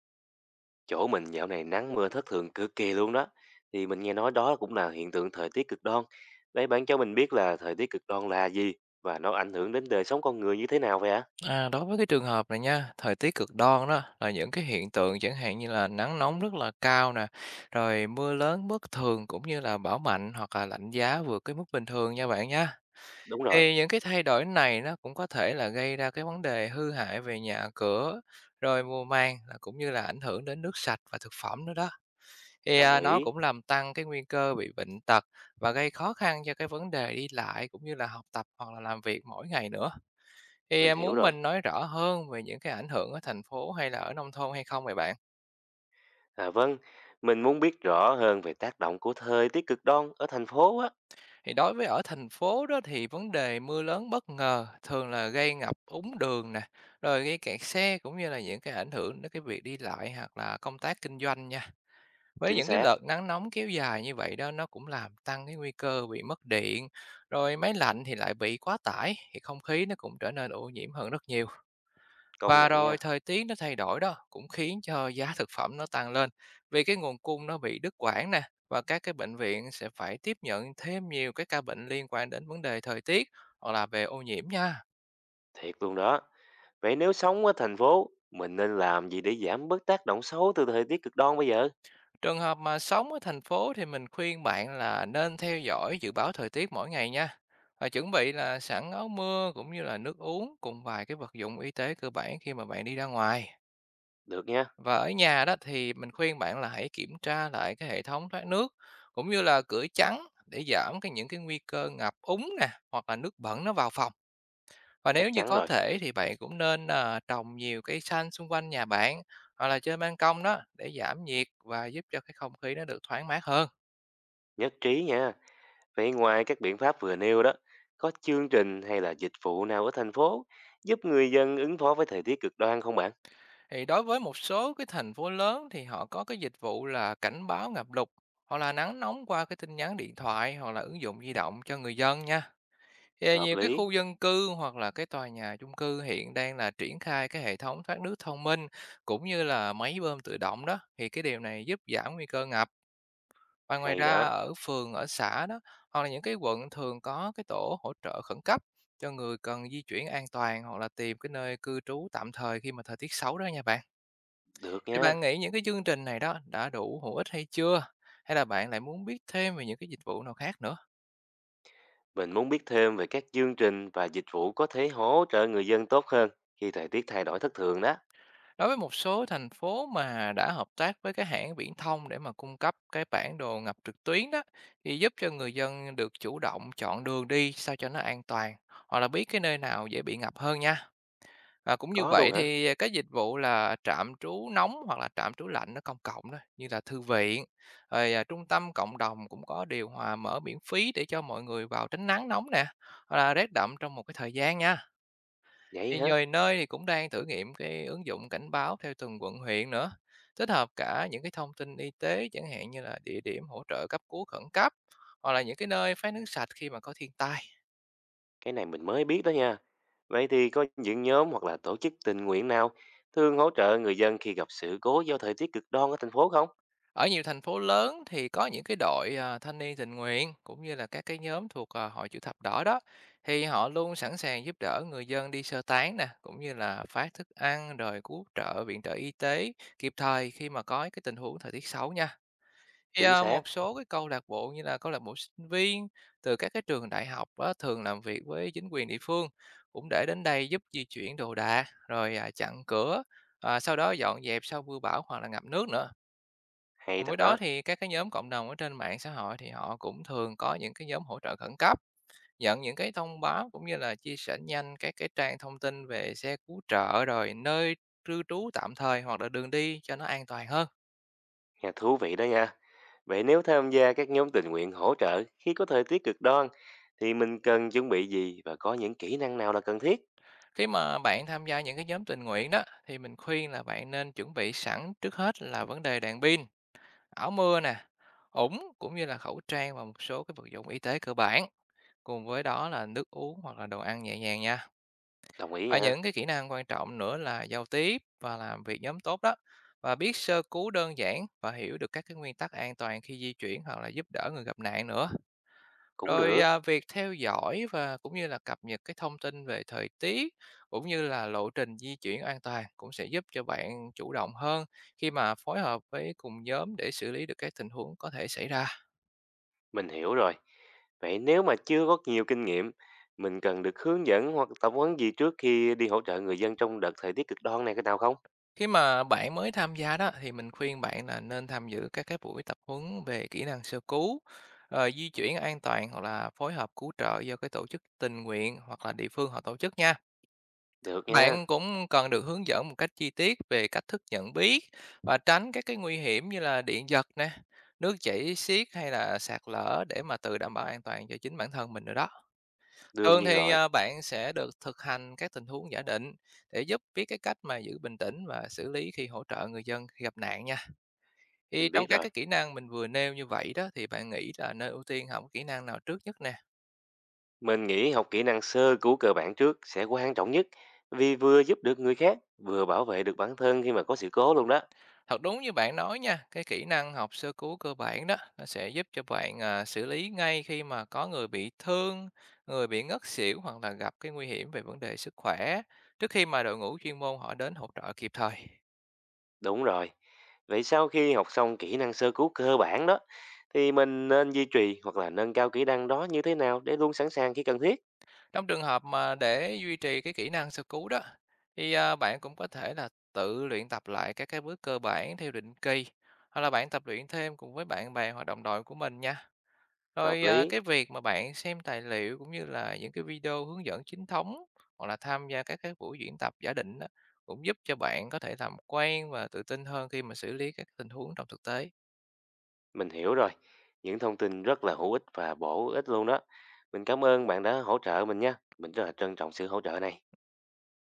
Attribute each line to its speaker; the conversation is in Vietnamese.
Speaker 1: Chỗ mình dạo này nắng mưa thất thường cực kỳ luôn đó. Thì mình nghe nói đó cũng là hiện tượng thời tiết cực đoan. Đấy bạn cho mình biết là thời tiết cực đoan là gì và nó ảnh hưởng đến đời sống con người như thế nào vậy ạ?
Speaker 2: Đối với cái trường hợp này nha, thời tiết cực đoan đó là những cái hiện tượng chẳng hạn như là nắng nóng rất là cao nè, rồi mưa lớn bất thường cũng như là bão mạnh hoặc là lạnh giá vượt cái mức bình thường nha bạn nha.
Speaker 1: Đúng rồi,
Speaker 2: Thì những cái thay đổi này nó cũng có thể là gây ra cái vấn đề hư hại về nhà cửa, rồi mùa màng là cũng như là ảnh hưởng đến nước sạch và thực phẩm nữa đó. Thì
Speaker 1: đồng
Speaker 2: nó
Speaker 1: ý,
Speaker 2: cũng làm tăng cái nguy cơ bị bệnh tật và gây khó khăn cho cái vấn đề đi lại cũng như là học tập hoặc là làm việc mỗi ngày nữa. Thì,
Speaker 1: mình
Speaker 2: à,
Speaker 1: hiểu
Speaker 2: muốn
Speaker 1: rồi.
Speaker 2: mình nói rõ hơn về những cái ảnh hưởng ở thành phố hay là ở nông thôn hay không vậy bạn?
Speaker 1: À vâng, mình muốn biết rõ hơn về tác động của thời tiết cực đoan ở thành phố á.
Speaker 2: Thì đối với ở thành phố đó thì vấn đề mưa lớn bất ngờ thường là gây ngập úng đường nè, rồi gây kẹt xe cũng như là những cái ảnh hưởng đến cái việc đi lại hoặc là công tác kinh doanh nha. Với
Speaker 1: Chính
Speaker 2: những cái
Speaker 1: xác,
Speaker 2: đợt nắng nóng kéo dài như vậy đó, nó cũng làm tăng cái nguy cơ bị mất điện, rồi máy lạnh thì lại bị quá tải, thì không khí nó cũng trở nên ô nhiễm hơn rất nhiều.
Speaker 1: công
Speaker 2: Và
Speaker 1: nhận nha,
Speaker 2: rồi thời tiết nó thay đổi đó cũng khiến cho giá thực phẩm nó tăng lên vì cái nguồn cung nó bị đứt quãng nè, và các cái bệnh viện sẽ phải tiếp nhận thêm nhiều cái ca bệnh liên quan đến vấn đề thời tiết hoặc là về ô nhiễm nha.
Speaker 1: thiệt luôn đó. Vậy nếu sống ở thành phố, mình nên làm gì để giảm bớt tác động xấu từ thời tiết cực đoan bây giờ?
Speaker 2: Trường hợp mà sống ở thành phố thì mình khuyên bạn là nên theo dõi dự báo thời tiết mỗi ngày nha. Và chuẩn bị là sẵn áo mưa cũng như là nước uống cùng vài cái vật dụng y tế cơ bản khi mà bạn đi ra ngoài.
Speaker 1: Được nha,
Speaker 2: Và ở nhà đó thì mình khuyên bạn là hãy kiểm tra lại cái hệ thống thoát nước, cũng như là cửa chắn để giảm cái những cái nguy cơ ngập úng nè, hoặc là nước bẩn nó vào phòng. Và
Speaker 1: chắc
Speaker 2: nếu như
Speaker 1: chắn
Speaker 2: có
Speaker 1: rồi,
Speaker 2: thể thì bạn cũng nên trồng nhiều cây xanh xung quanh nhà bạn, hoặc là trên ban công đó để giảm nhiệt và giúp cho cái không khí nó được thoáng mát hơn.
Speaker 1: nhất trí nha. Vậy ngoài các biện pháp vừa nêu đó, có chương trình hay là dịch vụ nào ở thành phố giúp người dân ứng phó với thời tiết cực đoan không bạn?
Speaker 2: Thì đối với một số cái thành phố lớn thì họ có cái dịch vụ là cảnh báo ngập lụt hoặc là nắng nóng qua cái tin nhắn điện thoại hoặc là ứng dụng di động cho người dân nha. Thì
Speaker 1: Hợp
Speaker 2: nhiều cái
Speaker 1: lý.
Speaker 2: khu dân cư hoặc là cái tòa nhà chung cư hiện đang là triển khai cái hệ thống thoát nước thông minh, cũng như là máy bơm tự động đó, thì cái điều này giúp giảm nguy cơ ngập. Và ngoài
Speaker 1: Hay
Speaker 2: ra,
Speaker 1: đó,
Speaker 2: ở phường, ở xã đó hoặc là những cái quận thường có cái tổ hỗ trợ khẩn cấp cho người cần di chuyển an toàn hoặc là tìm cái nơi cư trú tạm thời khi mà thời tiết xấu đó nha bạn.
Speaker 1: được
Speaker 2: Thì
Speaker 1: nha.
Speaker 2: bạn nghĩ những cái chương trình này đó đã đủ hữu ích hay chưa? Hay là bạn lại muốn biết thêm về những cái dịch vụ nào khác nữa?
Speaker 1: Mình muốn biết thêm về các chương trình và dịch vụ có thể hỗ trợ người dân tốt hơn khi thời tiết thay đổi thất thường đó.
Speaker 2: Đối với một số thành phố mà đã hợp tác với cái hãng viễn thông để mà cung cấp cái bản đồ ngập trực tuyến đó, thì giúp cho người dân được chủ động chọn đường đi sao cho nó an toàn, hoặc là biết cái nơi nào dễ bị ngập hơn nha. Và cũng như
Speaker 1: Có luôn
Speaker 2: vậy,
Speaker 1: hả?
Speaker 2: thì cái dịch vụ là trạm trú nóng hoặc là trạm trú lạnh ở công cộng đó, như là thư viện, rồi trung tâm cộng đồng cũng có điều hòa mở miễn phí để cho mọi người vào tránh nắng nóng nè, hoặc là rét đậm trong một cái thời gian nha.
Speaker 1: Vậy
Speaker 2: Thì
Speaker 1: hả?
Speaker 2: nhiều nơi thì cũng đang thử nghiệm cái ứng dụng cảnh báo theo từng quận huyện nữa, tích hợp cả những cái thông tin y tế chẳng hạn như là địa điểm hỗ trợ cấp cứu khẩn cấp, hoặc là những cái nơi phát nước sạch khi mà có thiên tai.
Speaker 1: Cái này mình mới biết đó nha. Vậy thì có những nhóm hoặc là tổ chức tình nguyện nào thường hỗ trợ người dân khi gặp sự cố do thời tiết cực đoan ở thành phố không?
Speaker 2: Ở nhiều thành phố lớn thì có những cái đội thanh niên tình nguyện, cũng như là các cái nhóm thuộc hội chữ thập đỏ đó, thì họ luôn sẵn sàng giúp đỡ người dân đi sơ tán nè, cũng như là phát thức ăn, rồi cứu trợ, viện trợ y tế kịp thời khi mà có cái tình huống thời tiết xấu nha. Thì,
Speaker 1: Chính
Speaker 2: ờ,
Speaker 1: xác,
Speaker 2: một số cái câu lạc bộ như là câu lạc bộ sinh viên từ các cái trường đại học á, thường làm việc với chính quyền địa phương cũng để đến đây giúp di chuyển đồ đạc, rồi, chặn cửa, sau đó dọn dẹp sau mưa bão hoặc là ngập nước nữa.
Speaker 1: hay
Speaker 2: Cùng
Speaker 1: thật
Speaker 2: với
Speaker 1: đó.
Speaker 2: đó thì các cái nhóm cộng đồng ở trên mạng xã hội thì họ cũng thường có những cái nhóm hỗ trợ khẩn cấp, nhận những cái thông báo cũng như là chia sẻ nhanh các cái trang thông tin về xe cứu trợ, rồi nơi cư trú tạm thời hoặc là đường đi cho nó an toàn hơn.
Speaker 1: Nghe thú vị đó nha. Vậy nếu tham gia các nhóm tình nguyện hỗ trợ khi có thời tiết cực đoan thì mình cần chuẩn bị gì và có những kỹ năng nào là cần thiết?
Speaker 2: Khi mà bạn tham gia những cái nhóm tình nguyện đó thì mình khuyên là bạn nên chuẩn bị sẵn, trước hết là vấn đề đèn pin, áo mưa nè, ủng cũng như là khẩu trang và một số cái vật dụng y tế cơ bản. Cùng với đó là nước uống hoặc là đồ ăn nhẹ nhàng nha.
Speaker 1: Đồng ý
Speaker 2: Và
Speaker 1: nha,
Speaker 2: những cái kỹ năng quan trọng nữa là giao tiếp và làm việc nhóm tốt đó, và biết sơ cứu đơn giản, và hiểu được các cái nguyên tắc an toàn khi di chuyển hoặc là giúp đỡ người gặp nạn nữa.
Speaker 1: cũng
Speaker 2: Rồi,
Speaker 1: được,
Speaker 2: à, việc theo dõi và cũng như là cập nhật cái thông tin về thời tiết, cũng như là lộ trình di chuyển an toàn, cũng sẽ giúp cho bạn chủ động hơn khi mà phối hợp với cùng nhóm để xử lý được các tình huống có thể xảy ra.
Speaker 1: mình hiểu rồi. Vậy nếu mà chưa có nhiều kinh nghiệm, mình cần được hướng dẫn hoặc tập huấn gì trước khi đi hỗ trợ người dân trong đợt thời tiết cực đoan này cái nào không?
Speaker 2: Khi mà bạn mới tham gia đó thì mình khuyên bạn là nên tham dự các cái buổi tập huấn về kỹ năng sơ cứu, di chuyển an toàn, hoặc là phối hợp cứu trợ do cái tổ chức tình nguyện hoặc là địa phương họ tổ chức nha.
Speaker 1: Được nha,
Speaker 2: Bạn cũng cần được hướng dẫn một cách chi tiết về cách thức nhận biết và tránh các cái nguy hiểm như là điện giật nè, nước chảy xiết hay là sạt lở, để mà tự đảm bảo an toàn cho chính bản thân mình nữa đó.
Speaker 1: đương
Speaker 2: Thường
Speaker 1: nhiên
Speaker 2: thì
Speaker 1: rồi,
Speaker 2: bạn sẽ được thực hành các tình huống giả định để giúp biết cái cách mà giữ bình tĩnh và xử lý khi hỗ trợ người dân khi gặp nạn nha. Thì
Speaker 1: mình
Speaker 2: trong
Speaker 1: biết
Speaker 2: các
Speaker 1: rồi.
Speaker 2: cái kỹ năng mình vừa nêu như vậy đó, thì bạn nghĩ là nên ưu tiên học kỹ năng nào trước nhất nè?
Speaker 1: Mình nghĩ học kỹ năng sơ cứu cơ bản trước sẽ quan trọng nhất vì vừa giúp được người khác, vừa bảo vệ được bản thân khi mà có sự cố luôn đó.
Speaker 2: Thật đúng như bạn nói nha, cái kỹ năng học sơ cứu cơ bản đó nó sẽ giúp cho bạn xử lý ngay khi mà có người bị thương, người bị ngất xỉu, hoặc là gặp cái nguy hiểm về vấn đề sức khỏe trước khi mà đội ngũ chuyên môn họ đến hỗ trợ kịp thời.
Speaker 1: Đúng rồi. Vậy sau khi học xong kỹ năng sơ cứu cơ bản đó, thì mình nên duy trì hoặc là nâng cao kỹ năng đó như thế nào để luôn sẵn sàng khi cần thiết?
Speaker 2: Trong trường hợp mà để duy trì cái kỹ năng sơ cứu đó, thì bạn cũng có thể là tự luyện tập lại các cái bước cơ bản theo định kỳ, hoặc là bạn tập luyện thêm cùng với bạn bè hoặc đồng đội của mình nha.
Speaker 1: Hợp
Speaker 2: Rồi,
Speaker 1: lý,
Speaker 2: cái việc mà bạn xem tài liệu cũng như là những cái video hướng dẫn chính thống, hoặc là tham gia các cái buổi diễn tập giả định á, cũng giúp cho bạn có thể làm quen và tự tin hơn khi mà xử lý các tình huống trong thực tế.
Speaker 1: mình hiểu rồi. Những thông tin rất là hữu ích và bổ ích luôn đó. Mình cảm ơn bạn đã hỗ trợ mình nha. Mình rất là trân trọng sự hỗ trợ này.